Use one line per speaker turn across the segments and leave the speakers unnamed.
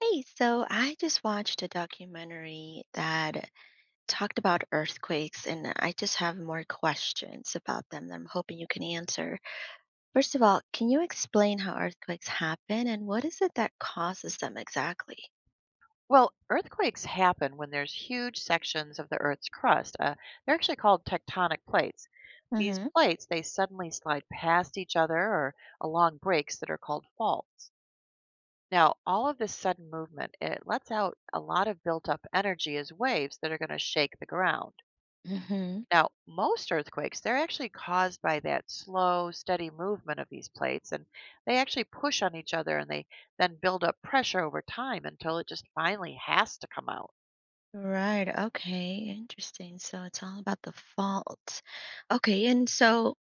Hey, so I just watched a documentary that talked about earthquakes, and I just have more questions about them that I'm hoping you can answer. First of all, can you explain how earthquakes happen and what is it that causes them exactly?
Well, earthquakes happen when there's huge sections of the Earth's crust. They're actually called tectonic plates. These
Mm-hmm.
plates, they suddenly slide past each other or along breaks that are called faults. Now, all of this sudden movement, it lets out a lot of built up energy as waves that are going to shake the ground.
Mm hmm.
Now, most earthquakes, they're actually caused by that slow, steady movement of these plates, and they actually push on each other and they then build up pressure over time until it just finally has to come out.
Right. Okay. Interesting. So it's all about the fault. Okay. And so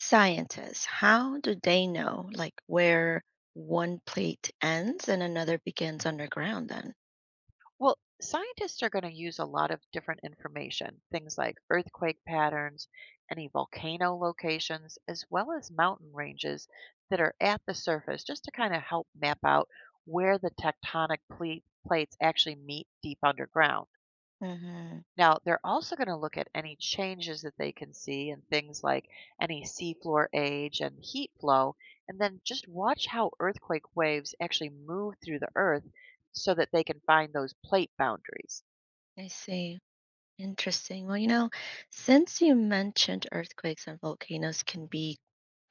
scientists, how do they know like where one plate ends and another begins underground then?
Well, scientists are going to use a lot of different information, things like earthquake patterns, any volcano locations, as well as mountain ranges that are at the surface, just to kind of help map out where the plates actually meet deep underground. Now, they're also going to look at any changes that they can see and things like any seafloor age and heat flow, and then just watch how earthquake waves actually move through the earth so that they can find those plate boundaries.
I see. Interesting. Well, since you mentioned earthquakes and volcanoes can be,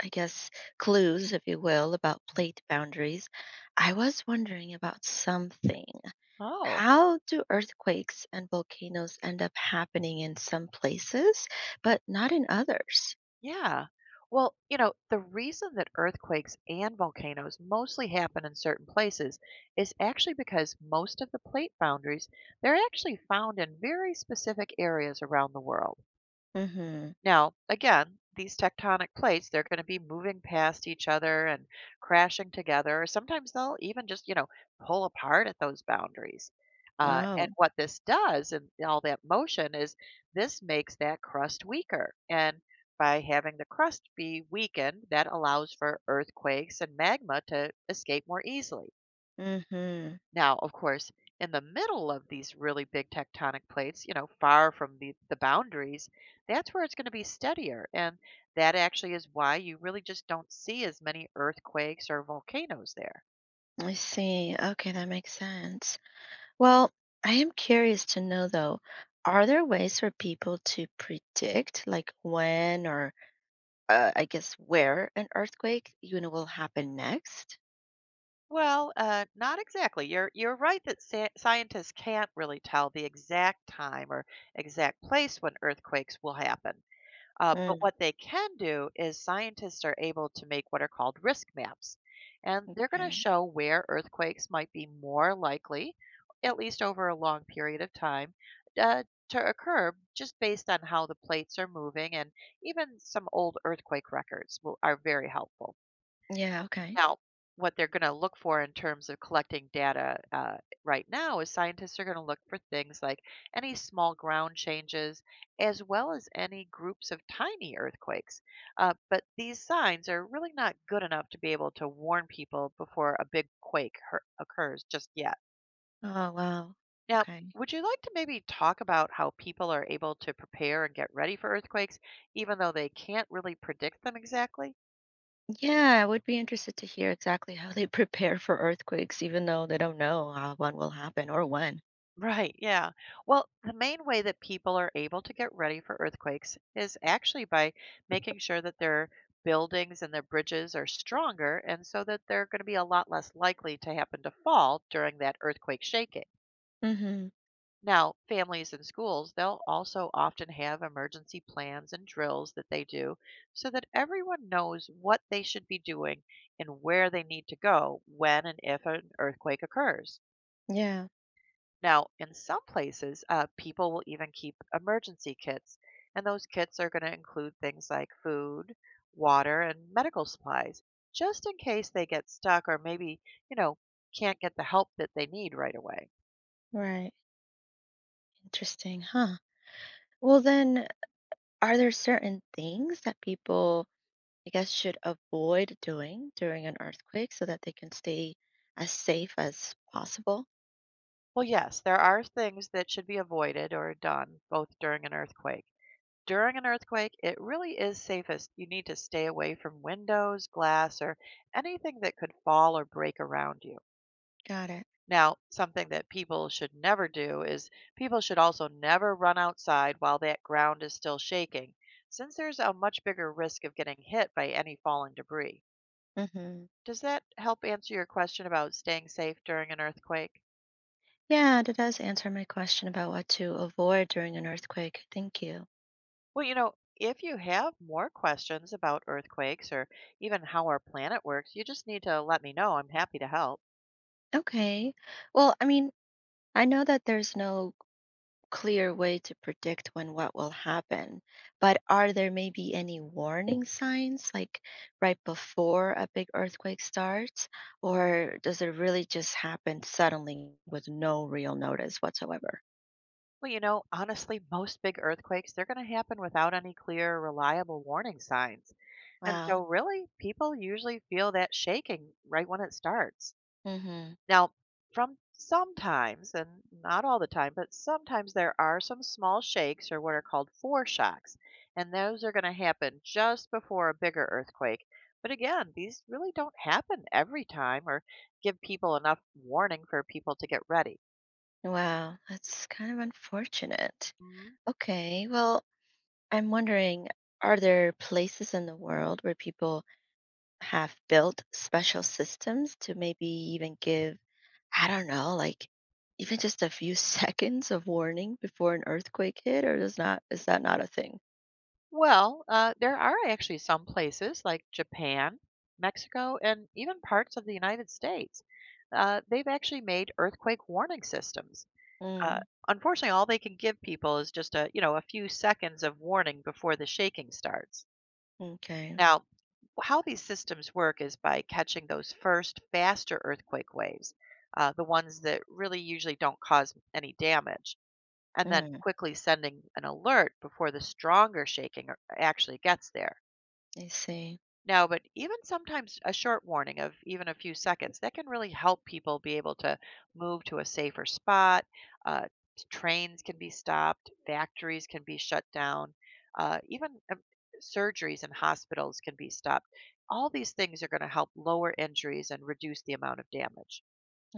I guess, clues, if you will, about plate boundaries, I was wondering about something.
Oh,
How do earthquakes and volcanoes end up happening in some places, but not in others?
yeah. Well, you know, the reason that earthquakes and volcanoes mostly happen in certain places is actually because most of the plate boundaries, they're actually found in very specific areas around the world.
Mm-hmm.
Now, again, these tectonic plates, they're going to be moving past each other and crashing together. Sometimes they'll even just, you know, pull apart at those boundaries. And
Oh.
what this does and all that motion is this makes that crust weaker. And by having the crust be weakened, that allows for earthquakes and magma to escape more easily.
Mm-hmm.
Now, of course, in the middle of these really big tectonic plates, you know, far from the boundaries, that's where it's going to be steadier. And that actually is why you really just don't see as many earthquakes or volcanoes there.
I see. Okay, that makes sense. Well, I am curious to know though, are there ways for people to predict like when or I guess where an earthquake, will happen next?
Well, not exactly. You're right that scientists can't really tell the exact time or exact place when earthquakes will happen. But
Mm,
what they can do is scientists are able to make what are called risk maps. And they're going to
okay.
show where earthquakes might be more likely, at least over a long period of time, uh, to occur just based on how the plates are moving. And even some old earthquake records will, are very helpful.
Yeah, okay.
Now, what they're gonna look for in terms of collecting data, right now is scientists are gonna look for things like any small ground changes, as well as any groups of tiny earthquakes. But these signs are really not good enough to be able to warn people before a big occurs just yet.
Oh, wow.
Now,
Okay.
would you like to maybe talk about how people are able to prepare and get ready for earthquakes, even though they can't really predict them exactly?
Yeah, I would be interested to hear exactly how they prepare for earthquakes, even though they don't know how one will happen or when.
Right, yeah. Well, the main way that people are able to get ready for earthquakes is actually by making sure that their buildings and their bridges are stronger, and so that they're going to be a lot less likely to happen to fall during that earthquake shaking.
Mm-hmm.
Now, families and schools, they'll also often have emergency plans and drills that they do so that everyone knows what they should be doing and where they need to go when and if an earthquake occurs.
Yeah,
Now, in some places, people will even keep emergency kits, and those kits are going to include things like food, water, and medical supplies, just in case they get stuck or maybe, you know, can't get the help that they need right away.
right. Interesting, huh? Well, then, are there certain things that people, I guess, should avoid doing during an earthquake so that they can stay as safe as possible.
Well, yes, there are things that should be avoided or done both during an earthquake. During an earthquake, it really is safest. You need to stay away from windows, glass, or anything that could fall or break around you.
Got it.
Now, something that people should never do is people should also never run outside while that ground is still shaking, since there's a much bigger risk of getting hit by any falling debris.
Hmm.
Does that help answer your question about staying safe during an earthquake?
Yeah, that does answer my question about what to avoid during an earthquake. Thank you.
Well, you know, if you have more questions about earthquakes or even how our planet works, you just need to let me know. I'm happy to help.
Okay. Well, I mean, I know that there's no clear way to predict when what will happen, but are there maybe any warning signs, like right before a big earthquake starts, or does it really just happen suddenly with no real notice whatsoever?
Well, you know, honestly, most big earthquakes, they're going to happen without any clear, reliable warning signs. And so,
Wow.
really, people usually feel that shaking right when it starts.
Hmm.
Now, from sometimes, and not all the time, but sometimes there are some small shakes or what are called foreshocks. And those are going to happen just before a bigger earthquake. But again, these really don't happen every time or give people enough warning for people to get ready.
Wow. That's kind of unfortunate.
Mm-hmm.
Okay. Well, I'm wondering, are there places in the world where people have built special systems to maybe even give, I don't know, like even just a few seconds of warning before an earthquake hit, or is that not a thing?
Well, there are actually some places like Japan, Mexico, and even parts of the United States. They've actually made earthquake warning systems. Uh,
Mm,
unfortunately, all they can give people is just a you know a few seconds of warning before the shaking starts.
okay.
Now, how these systems work is by catching those first faster earthquake waves, the ones that really usually don't cause any damage, and then
Mm,
quickly sending an alert before the stronger shaking actually gets there.
I see.
No, but even sometimes a short warning of even a few seconds, that can really help people be able to move to a safer spot. Uh, Trains can be stopped, factories can be shut down, even surgeries and hospitals can be stopped. All these things are going to help lower injuries and reduce the amount of damage.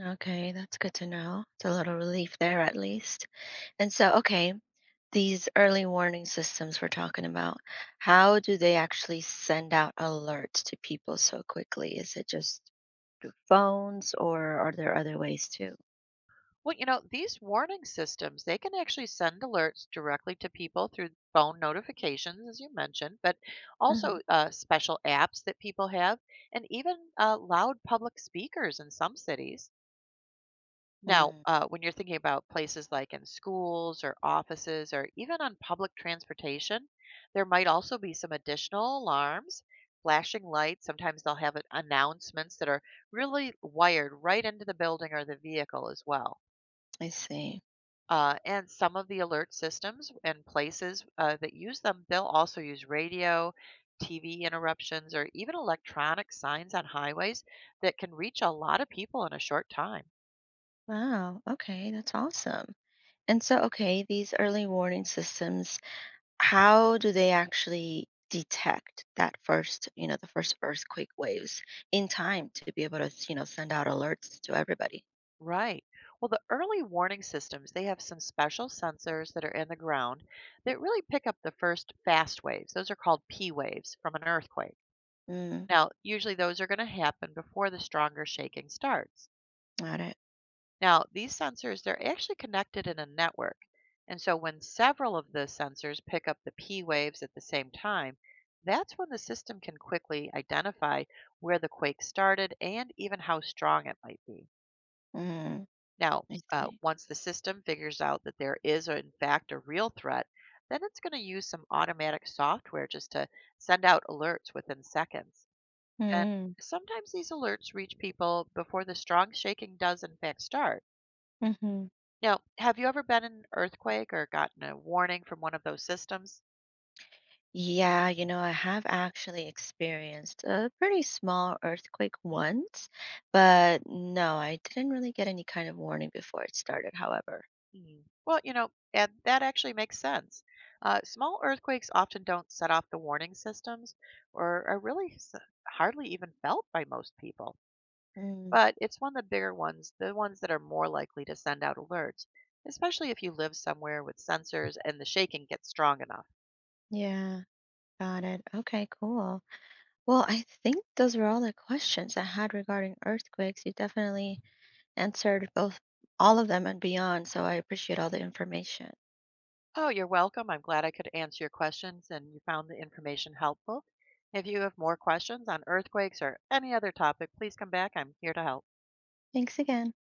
Okay, that's good to know. It's a little relief there at least. And so, okay, these early warning systems we're talking about, how do they actually send out alerts to people so quickly? Is it just phones or are there other ways too?
Well, you know, these warning systems, they can actually send alerts directly to people through phone notifications, as you mentioned, but
Hmm.
also special apps that people have, and even loud public speakers in some cities. Now,
Mm,
when you're thinking about places like in schools or offices or even on public transportation, there might also be some additional alarms, flashing lights. Sometimes they'll have announcements that are really wired right into the building or the vehicle as well.
I see.
And some of the alert systems and places that use them, they'll also use radio, TV interruptions, or even electronic signs on highways that can reach a lot of people in a short time.
Wow. Okay, that's awesome. And so, okay, these early warning systems, how do they actually detect that first, the first earthquake waves in time to be able to, send out alerts to everybody?
Right. Well, the early warning systems, they have some special sensors that are in the ground that really pick up the first fast waves. Those are called P waves from an earthquake.
Mm,
Now, usually those are going to happen before the stronger shaking starts.
got it.
Now, these sensors, they're actually connected in a network. And so when several of the sensors pick up the P waves at the same time, that's when the system can quickly identify where the quake started and even how strong it might be.
Mm.
Now,
I see.
once the system figures out that there is, in fact, a real threat, then it's going to use some automatic software just to send out alerts within seconds. And
Mm-hmm.
sometimes these alerts reach people before the strong shaking does, in fact, start.
Mm-hmm.
Now, have you ever been in an earthquake or gotten a warning from one of those systems?
Yeah, I have actually experienced a pretty small earthquake once, but no, I didn't really get any kind of warning before it started, however.
Mhm. Well, you know, and that actually makes sense. Small earthquakes often don't set off the warning systems or are really hardly even felt by most people.
Mm,
But it's one of the bigger ones, the ones that are more likely to send out alerts, especially if you live somewhere with sensors and the shaking gets strong enough.
yeah, got it. Okay, cool. Well, I think those were all the questions I had regarding earthquakes. You definitely answered both all of them and beyond, so I appreciate all the information.
Oh, you're welcome. I'm glad I could answer your questions and you found the information helpful. If you have more questions on earthquakes or any other topic, please come back. I'm here to help.
Thanks again.